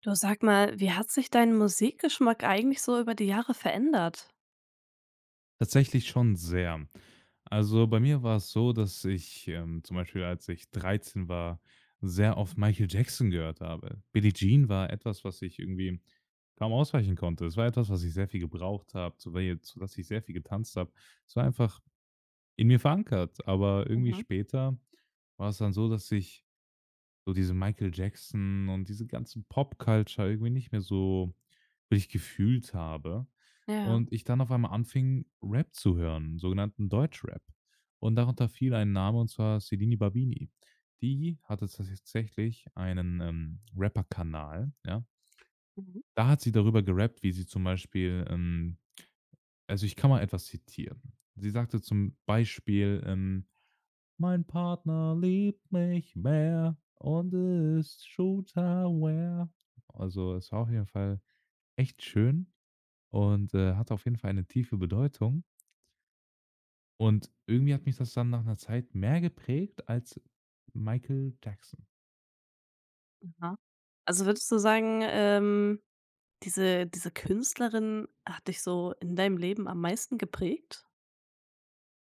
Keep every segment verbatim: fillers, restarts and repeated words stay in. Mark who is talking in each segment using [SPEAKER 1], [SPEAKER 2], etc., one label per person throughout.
[SPEAKER 1] Du, sag mal, wie hat sich dein Musikgeschmack eigentlich so über die Jahre verändert?
[SPEAKER 2] Tatsächlich schon sehr. Also, bei mir war es so, dass ich, ähm, zum Beispiel, als ich dreizehn war, sehr oft Michael Jackson gehört habe. Billie Jean war etwas, was ich irgendwie kaum ausweichen konnte. Es war etwas, was ich sehr viel gebraucht habe, zu wel zu dass ich sehr viel getanzt habe. Es war einfach in mir verankert, aber irgendwie später war es dann so, dass ich so diese Michael Jackson und diese ganzen Pop-Culture irgendwie nicht mehr so wirklich gefühlt habe.
[SPEAKER 1] Ja.
[SPEAKER 2] Und ich dann auf einmal anfing, Rap zu hören, sogenannten Deutschrap. Und darunter fiel ein Name, und zwar Sedini Babini. Die hatte tatsächlich einen, ähm, Rapper-Kanal, ja?
[SPEAKER 1] Mhm.
[SPEAKER 2] Da hat sie darüber gerappt, wie sie zum Beispiel, ähm also, ich kann mal etwas zitieren. Sie sagte zum Beispiel, ähm mein Partner liebt mich mehr und ist Shooterware. Also, es war auf jeden Fall echt schön und, äh, hat auf jeden Fall eine tiefe Bedeutung. Und irgendwie hat mich das dann nach einer Zeit mehr geprägt als Michael Jackson.
[SPEAKER 1] Aha. Also würdest du sagen, ähm, diese, diese Künstlerin hat dich so in deinem Leben am meisten geprägt?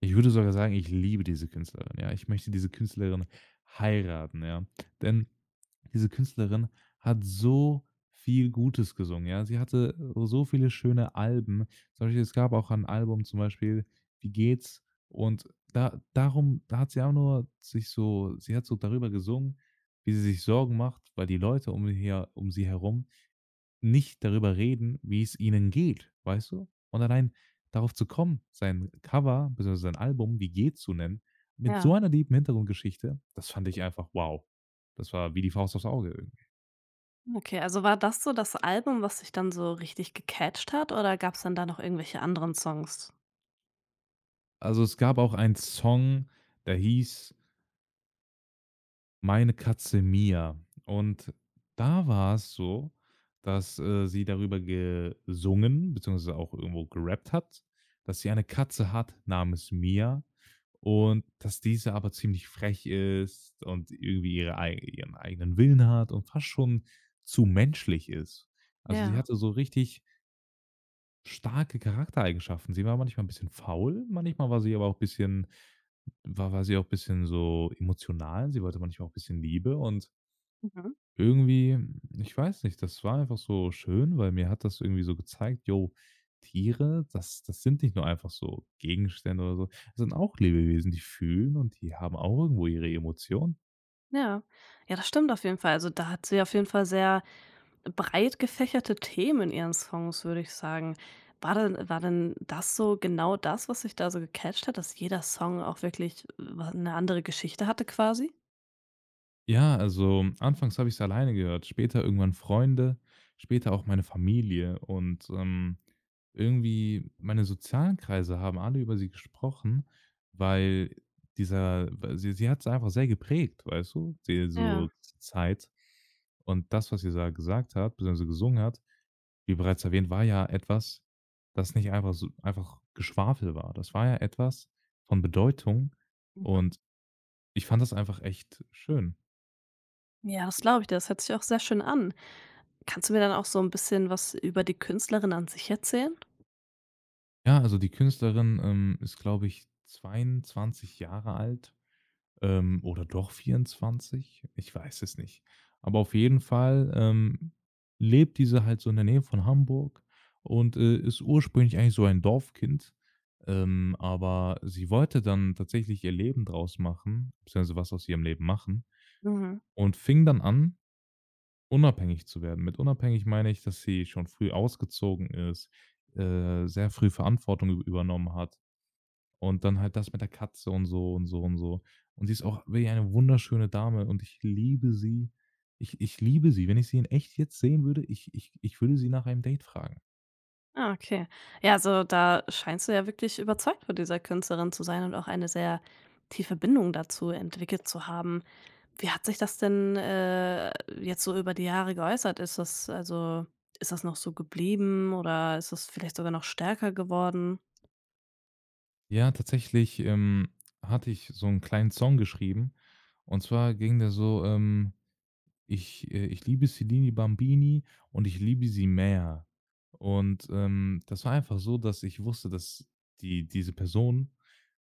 [SPEAKER 2] Ich würde sogar sagen, ich liebe diese Künstlerin, ja. Ich möchte diese Künstlerin heiraten, ja. Denn diese Künstlerin hat so viel Gutes gesungen, ja. Sie hatte so viele schöne Alben. Zum Beispiel, es gab auch ein Album zum Beispiel, „Wie geht's?" Und da darum da hat sie auch nur sich so sie hat so darüber gesungen, wie sie sich Sorgen macht, weil die Leute um ihr um sie herum nicht darüber reden, wie es ihnen geht, weißt du? Und allein darauf zu kommen, sein Cover beziehungsweise sein Album „Wie geht's" zu nennen, mit so
[SPEAKER 1] Ja.
[SPEAKER 2] einer lieben Hintergrundgeschichte, das fand ich einfach wow. Das war wie die Faust aufs Auge irgendwie.
[SPEAKER 1] Okay, also war das so das Album, was dich dann so richtig gecatcht hat, oder gab es dann da noch irgendwelche anderen Songs?
[SPEAKER 2] Also, es gab auch einen Song, der hieß Meine Katze Mia. Und da war es so, dass, äh, sie darüber gesungen beziehungsweise auch irgendwo gerappt hat, dass sie eine Katze hat namens Mia und dass diese aber ziemlich frech ist und irgendwie ihre ei ihren eigenen Willen hat und fast schon zu menschlich ist. Also, sie
[SPEAKER 1] Ja.
[SPEAKER 2] hatte so richtig starke Charaktereigenschaften. Sie war manchmal ein bisschen faul, manchmal war sie aber auch ein bisschen war war sie auch ein bisschen so emotional. Sie wollte manchmal auch ein bisschen Liebe und
[SPEAKER 1] Mhm.
[SPEAKER 2] irgendwie, ich weiß nicht, das war einfach so schön, weil mir hat das irgendwie so gezeigt: „Jo, Tiere, das das sind nicht nur einfach so Gegenstände oder so. Das sind auch Lebewesen, die fühlen und die haben auch irgendwo ihre Emotionen."
[SPEAKER 1] Ja. Ja, das stimmt auf jeden Fall. Also da hat sie auf jeden Fall sehr breit gefächerte Themen in ihren Songs, würde ich sagen. War denn war denn das so genau das, was sich da so gecatcht hat, dass jeder Song auch wirklich wa 'ne andere Geschichte hatte quasi?
[SPEAKER 2] Ja, also anfangs habe ich es alleine gehört, später irgendwann Freunde, später auch meine Familie und, ähm, irgendwie meine sozialen Kreise haben alle über sie gesprochen, weil dieser weil sie sie hat es einfach sehr geprägt, weißt du, die
[SPEAKER 1] Ja.
[SPEAKER 2] so Zeit. Und das, was sie da gesagt hat, beziehungsweise gesungen hat, wie bereits erwähnt, war ja etwas, das nicht einfach so einfach Geschwafel war. Das war ja etwas von Bedeutung
[SPEAKER 1] Mhm.
[SPEAKER 2] und ich fand das einfach echt schön.
[SPEAKER 1] Ja, das glaube ich dir. Das hört sich auch sehr schön an. Kannst du mir dann auch so ein bisschen was über die Künstlerin an sich erzählen?
[SPEAKER 2] Ja, also die Künstlerin, ähm, ist, glaube ich, zweiundzwanzig Jahre alt, ähm, oder doch vierundzwanzig? Ich weiß es nicht. Aber auf jeden Fall, ähm, lebt diese halt so in der Nähe von Hamburg und, äh, ist ursprünglich eigentlich so ein Dorfkind, ähm, aber sie wollte dann tatsächlich ihr Leben draus machen, beziehungsweise was aus ihrem Leben machen
[SPEAKER 1] Mhm.
[SPEAKER 2] und fing dann an, unabhängig zu werden. Mit unabhängig meine ich, dass sie schon früh ausgezogen ist, äh, sehr früh Verantwortung ü übernommen hat und dann halt das mit der Katze und so und so und so. Und sie ist auch wirklich eine wunderschöne Dame und ich liebe sie. Ich ich liebe sie. Wenn ich sie in echt jetzt sehen würde, ich ich ich würde sie nach einem Date fragen.
[SPEAKER 1] Ah, okay. Ja, also da scheinst du ja wirklich überzeugt von dieser Künstlerin zu sein und auch eine sehr tiefe Bindung dazu entwickelt zu haben. Wie hat sich das denn, äh, jetzt so über die Jahre geäußert? Ist das also ist das noch so geblieben oder ist das vielleicht sogar noch stärker geworden?
[SPEAKER 2] Ja, tatsächlich, ähm, hatte ich so einen kleinen Song geschrieben und zwar ging der so, ähm Ich äh, ich liebe Celine Bambini und ich liebe sie mehr. Und, ähm, das war einfach so, dass ich wusste, dass die diese Person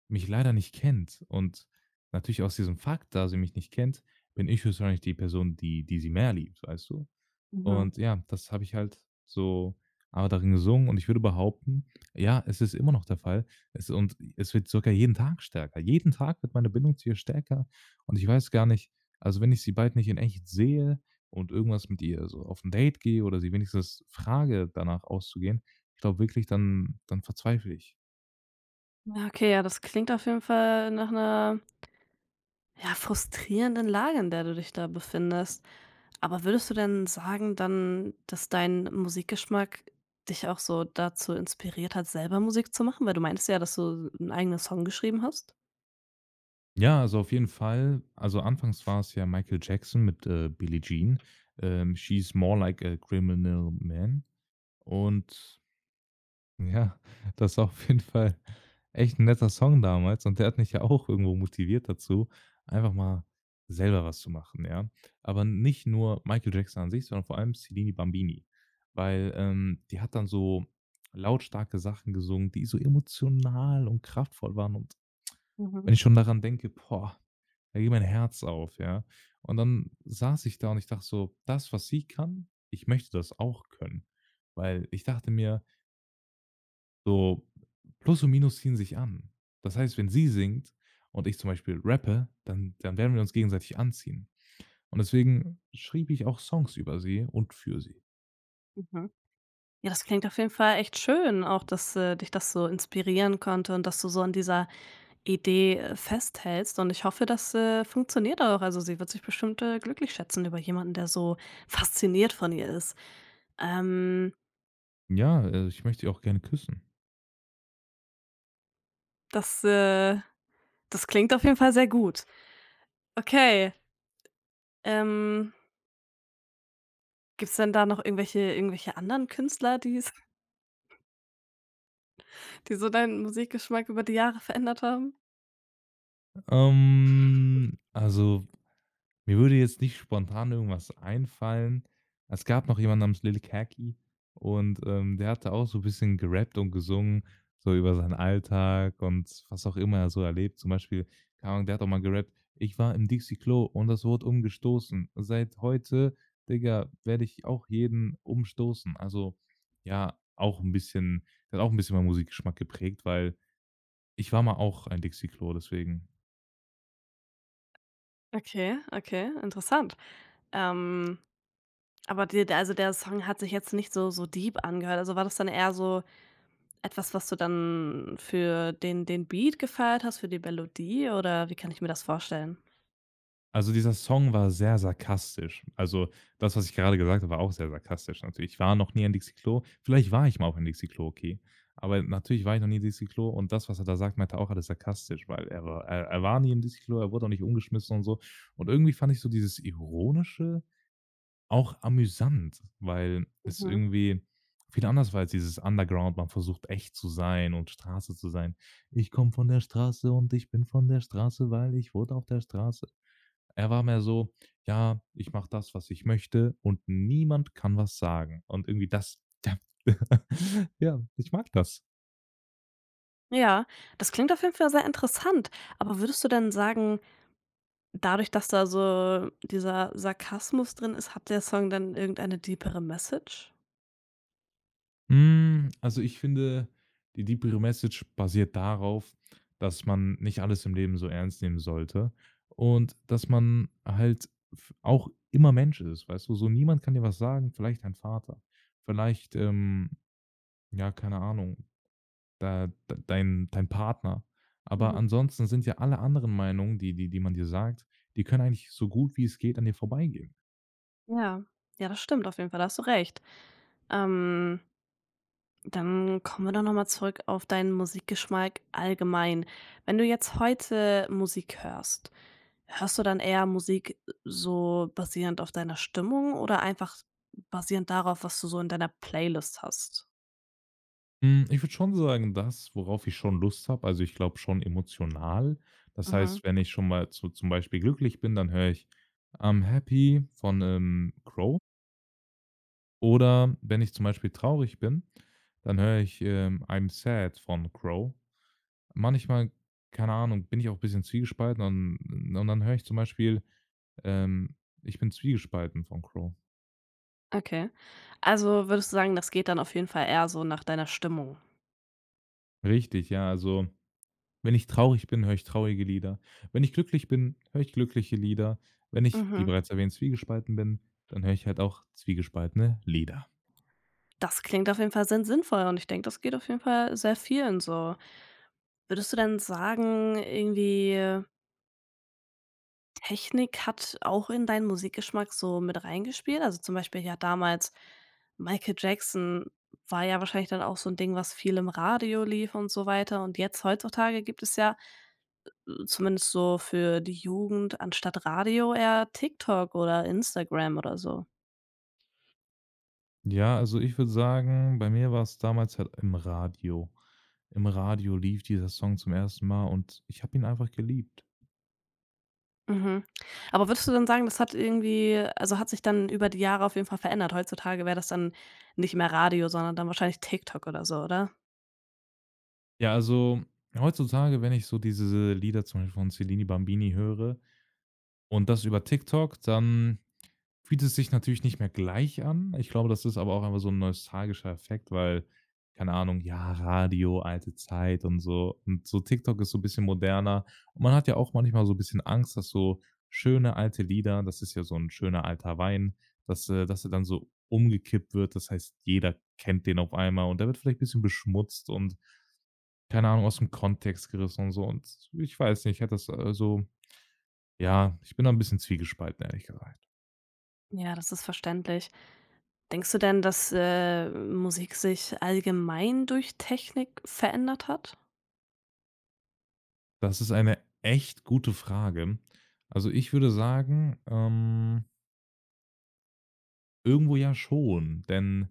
[SPEAKER 2] mich leider nicht kennt. Und natürlich aus diesem Fakt, da sie mich nicht kennt, bin ich höchstwahrscheinlich die Person, die die sie mehr liebt, weißt du?
[SPEAKER 1] Mhm.
[SPEAKER 2] Und ja, das habe ich halt so aber darin gesungen und ich würde behaupten, ja, es ist immer noch der Fall. Es und es wird sogar jeden Tag stärker. Jeden Tag wird meine Bindung zu ihr stärker und ich weiß gar nicht also, wenn ich sie bald nicht in echt sehe und irgendwas mit ihr so auf ein Date gehe oder sie wenigstens frage, danach auszugehen, ich glaube wirklich, dann dann verzweifle ich.
[SPEAKER 1] Ja, okay, ja, das klingt auf jeden Fall nach einer ja, frustrierenden Lage, in der du dich da befindest. Aber würdest du denn sagen dann, dass dein Musikgeschmack dich auch so dazu inspiriert hat, selber Musik zu machen? Weil du meintest ja, dass du 'n eigenen Song geschrieben hast?
[SPEAKER 2] Ja, also auf jeden Fall. Also, anfangs war es ja Michael Jackson mit, äh, „Billie Jean", ähm, „She's More Like a Criminal Man" und ja, das war auf jeden Fall echt 'n netter Song damals und der hat mich ja auch irgendwo motiviert dazu, einfach mal selber was zu machen, ja? Aber nicht nur Michael Jackson an sich, sondern vor allem Celine Bambini, weil, ähm, die hat dann so lautstarke Sachen gesungen, die so emotional und kraftvoll waren und
[SPEAKER 1] Mhm,
[SPEAKER 2] wenn ich schon daran denke, boah, da geht mein Herz auf, ja? Und dann saß ich da und ich dachte so: „Das, was sie kann, ich möchte das auch können." Weil ich dachte mir so, plus und minus ziehen sich an. Das heißt, wenn sie singt und ich zum Beispiel rappe, dann dann werden wir uns gegenseitig anziehen. Und deswegen schrieb ich auch Songs über sie und für sie.
[SPEAKER 1] mhm. Ja, das klingt auf jeden Fall echt schön, auch dass, äh, dich das so inspirieren konnte und dass du so an dieser Idee, äh, festhältst. Und ich hoffe, das, äh, funktioniert auch. Also, sie wird sich bestimmt, äh, glücklich schätzen über jemanden, der so fasziniert von ihr ist. Ähm,
[SPEAKER 2] Ja, äh, ich möchte sie auch gerne küssen.
[SPEAKER 1] das, äh das klingt auf jeden Fall sehr gut. Okay, ähm, gibt's denn da noch irgendwelche irgendwelche anderen Künstler, die's die so deinen Musikgeschmack über die Jahre verändert haben?
[SPEAKER 2] Ähm, also Mir würde jetzt nicht spontan irgendwas einfallen. Es gab noch jemanden namens Lil Kaki und, ähm, der hatte auch so ein bisschen gerappt und gesungen, so über seinen Alltag und was auch immer er so erlebt. Zum Beispiel, keine Ahnung, der hat auch mal gerappt: „Ich war im Dixie-Klo und das wurde umgestoßen. Seit heute, Digga, werde ich auch jeden umstoßen." Also, ja, auch ein bisschen der hat auch ein bisschen meinen Musikgeschmack geprägt, weil ich war mal auch ein Dixie-Klo, deswegen.
[SPEAKER 1] Okay, okay, interessant. Ähm Aber dir der also, der Song hat sich jetzt nicht so so deep angehört. Also, war das dann eher so etwas, was du dann für den den Beat gefeiert hast, für die Melodie, oder wie kann ich mir das vorstellen?
[SPEAKER 2] Also, dieser Song war sehr sarkastisch. Also, das, was ich gerade gesagt habe, war auch sehr sarkastisch natürlich. Ich war noch nie ein Dixi-Klo. Vielleicht war ich mal auch ein Dixi-Klo, okay. Aber natürlich war ich noch nie Dixi-Klo und das, was er da sagt, meinte er auch alles sarkastisch, weil er war er er war nie ein Dixi-Klo, er wurde auch nicht umgeschmissen und so. Und irgendwie fand ich so dieses Ironische auch amüsant, weil es
[SPEAKER 1] Mhm.
[SPEAKER 2] irgendwie viel anders war als dieses Underground. Man versucht, echt zu sein und Straße zu sein. „Ich komme von der Straße und ich bin von der Straße, weil ich wurde auf der Straße" er war mehr so: „Ja, ich mache das, was ich möchte und niemand kann was sagen." Und irgendwie das da ja, ich mag das.
[SPEAKER 1] Ja, das klingt auf jeden Fall sehr interessant. Aber würdest du denn sagen, dadurch, dass da so dieser Sarkasmus drin ist, hat der Song dann irgendeine deepere Message?
[SPEAKER 2] Hm, also, ich finde, die Deepere Message basiert darauf, dass man nicht alles im Leben so ernst nehmen sollte und dass man halt f auch immer Mensch ist, weißt du? So, niemand kann dir was sagen, vielleicht dein Vater, vielleicht, ähm, ja, keine Ahnung, da d dein dein Partner. Aber
[SPEAKER 1] Mhm.
[SPEAKER 2] ansonsten sind ja alle anderen Meinungen, die die die man dir sagt, die können eigentlich so gut wie es geht an dir vorbeigehen.
[SPEAKER 1] Ja. Ja, das stimmt auf jeden Fall, da hast du recht. Ähm, dann kommen wir doch noch mal zurück auf deinen Musikgeschmack allgemein. Wenn du jetzt heute Musik hörst, hörst du dann eher Musik so basierend auf deiner Stimmung, oder einfach basierend darauf, was du so in deiner Playlist hast?
[SPEAKER 2] Hm, ich würde schon sagen, das, worauf ich schon Lust habe also, ich glaube schon emotional. Das
[SPEAKER 1] Mhm,
[SPEAKER 2] heißt, wenn ich schon mal so zum Beispiel glücklich bin, dann höre ich „I'm Happy" von, ähm, Crow. Oder wenn ich zum Beispiel traurig bin, dann höre ich, ähm, „I'm Sad" von Crow. Manchmal, keine Ahnung, bin ich auch ein bisschen zwiegespalten und und dann höre ich zum Beispiel Ähm, ich bin zwiegespalten von Crow.
[SPEAKER 1] okay. Also würdest du sagen, das geht dann auf jeden Fall eher so nach deiner Stimmung?
[SPEAKER 2] Richtig, ja, also, wenn ich traurig bin, höre ich traurige Lieder. Wenn ich glücklich bin, höre ich glückliche Lieder. Wenn ich, wie
[SPEAKER 1] Mhm.
[SPEAKER 2] bereits erwähnt, zwiegespalten bin, dann höre ich halt auch zwiegespaltene Lieder.
[SPEAKER 1] Das klingt auf jeden Fall sehr sinnvoll und ich denke, das geht auf jeden Fall sehr vielen so. Würdest du denn sagen, irgendwie Technik hat auch in deinen Musikgeschmack so mit reingespielt? Also, zum Beispiel ja damals Michael Jackson war ja wahrscheinlich dann auch so 'n Ding, was viel im Radio lief und so weiter. Und jetzt heutzutage gibt es ja, äh, zumindest so für die Jugend, anstatt Radio eher TikTok oder Instagram oder so.
[SPEAKER 2] Ja, also, ich würde sagen, bei mir war es damals halt im Radio. Im Radio lief dieser Song zum ersten Mal und ich habe ihn einfach geliebt.
[SPEAKER 1] Mhm. Aber würdest du dann sagen, das hat irgendwie also, hat sich dann über die Jahre auf jeden Fall verändert? Heutzutage wäre das dann nicht mehr Radio, sondern dann wahrscheinlich TikTok oder so, oder?
[SPEAKER 2] Ja, also, heutzutage, wenn ich so diese Lieder zum Beispiel von Celine Bambini höre und das über TikTok, dann fühlt es sich natürlich nicht mehr gleich an. Ich glaube, das ist aber auch einfach so ein nostalgischer Effekt, weil, keine Ahnung, ja, Radio, alte Zeit und so und so TikTok ist so ein bisschen moderner. Und man hat ja auch manchmal so ein bisschen Angst, dass so schöne alte Lieder das ist ja so ein schöner alter Wein, dass, äh dass er dann so umgekippt wird. Das heißt, jeder kennt den auf einmal und der wird vielleicht ein bisschen beschmutzt und, keine Ahnung, aus dem Kontext gerissen und so. Und ich weiß nicht, ich hätte das, äh, so ja, ich bin da 'n bisschen zwiegespalten, ehrlich gesagt.
[SPEAKER 1] Ja, das ist verständlich. Denkst du denn, dass, äh, Musik sich allgemein durch Technik verändert hat?
[SPEAKER 2] Das ist eine echt gute Frage. Also, ich würde sagen, ähm, irgendwo ja schon, denn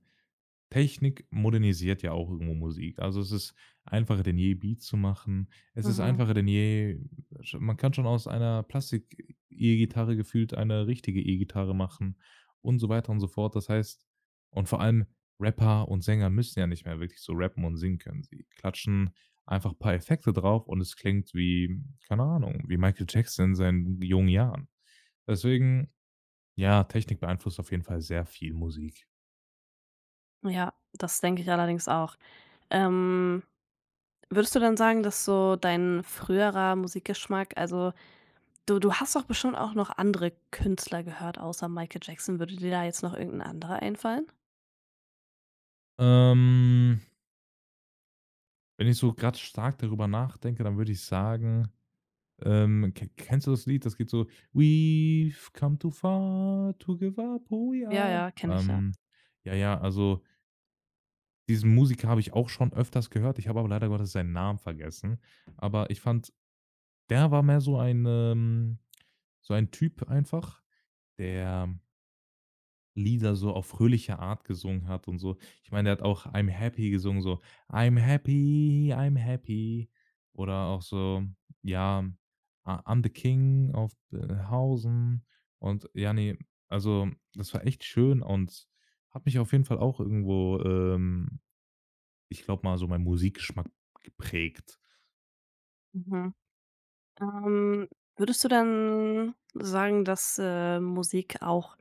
[SPEAKER 2] Technik modernisiert ja auch irgendwo Musik. Also, es ist einfacher denn je, Beats zu machen. Es ist
[SPEAKER 1] Mhm.
[SPEAKER 2] einfacher denn je sch man kann schon aus einer Plastik-E-Gitarre gefühlt eine richtige E-Gitarre machen und so weiter und so fort. Das heißt und vor allem Rapper und Sänger müssen ja nicht mehr wirklich so rappen und singen können. Sie klatschen einfach ein paar Effekte drauf und es klingt wie keine Ahnung, wie Michael Jackson in seinen jungen Jahren. Deswegen, ja, Technik beeinflusst auf jeden Fall sehr viel Musik.
[SPEAKER 1] Ja, das denke ich allerdings auch. Ähm, würdest du dann sagen, dass so dein früherer Musikgeschmack also, du du hast doch bestimmt auch noch andere Künstler gehört außer Michael Jackson. Würde dir da jetzt noch irgendein anderer einfallen?
[SPEAKER 2] Ähm Wenn ich so gerade stark darüber nachdenke, dann würde ich sagen, ähm, ke kennst du das Lied? Das geht so: „We've come too far to give up who we
[SPEAKER 1] Ja,
[SPEAKER 2] are."
[SPEAKER 1] ja, kenne ich, ja.
[SPEAKER 2] Ähm, ja, ja, also diesen Musiker habe ich auch schon öfters gehört. Ich habe aber leider Gottes seinen Namen vergessen. Aber ich fand, der war mehr so ein, ähm so ein Typ einfach, der Lieder so auf fröhliche Art gesungen hat und so. Ich meine, der hat auch „I'm happy" gesungen, so „I'm happy, I'm happy" oder auch so, ja, „I I'm the king of Belhausen" und ja, ne, also, das war echt schön und hat mich auf jeden Fall auch irgendwo, ähm, ich glaube mal, so mein Musikgeschmack geprägt.
[SPEAKER 1] Mhm. Ähm, würdest du dann sagen, dass, äh, Musik auch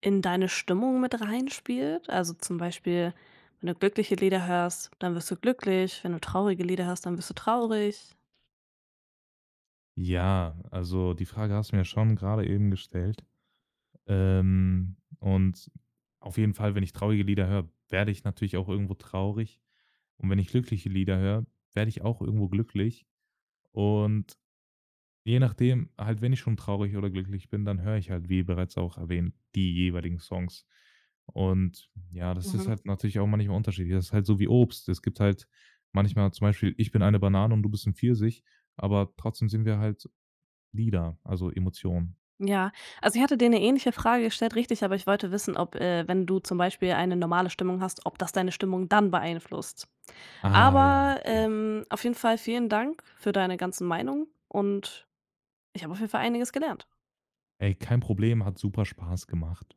[SPEAKER 1] in deine Stimmung mit reinspielt? Also, zum Beispiel, wenn du glückliche Lieder hörst, dann wirst du glücklich, wenn du traurige Lieder hörst, dann wirst du traurig.
[SPEAKER 2] Ja, also, die Frage hast du mir schon gerade eben gestellt. Ähm, und auf jeden Fall, wenn ich traurige Lieder höre, werde ich natürlich auch irgendwo traurig. Und wenn ich glückliche Lieder höre, werde ich auch irgendwo glücklich. Und je nachdem, halt, wenn ich schon traurig oder glücklich bin, dann höre ich halt, wie bereits auch erwähnt, die jeweiligen Songs. Und ja, das ist
[SPEAKER 1] Mhm.
[SPEAKER 2] halt natürlich auch manchmal unterschiedlich. Das ist halt so wie Obst. Es gibt halt manchmal zum Beispiel, ich bin eine Banane und du bist ein Pfirsich, aber trotzdem sind wir halt Lieder, also Emotionen.
[SPEAKER 1] Ja, also, ich hatte dir eine ähnliche Frage gestellt, richtig, aber ich wollte wissen, ob, äh, wenn du zum Beispiel eine normale Stimmung hast, ob das deine Stimmung dann beeinflusst.
[SPEAKER 2] Ah ja,
[SPEAKER 1] Aber,
[SPEAKER 2] okay.
[SPEAKER 1] ähm, auf jeden Fall vielen Dank für deine ganzen Meinungen und ich habe auf jeden Fall einiges gelernt.
[SPEAKER 2] Ey, kein Problem, hat super Spaß gemacht.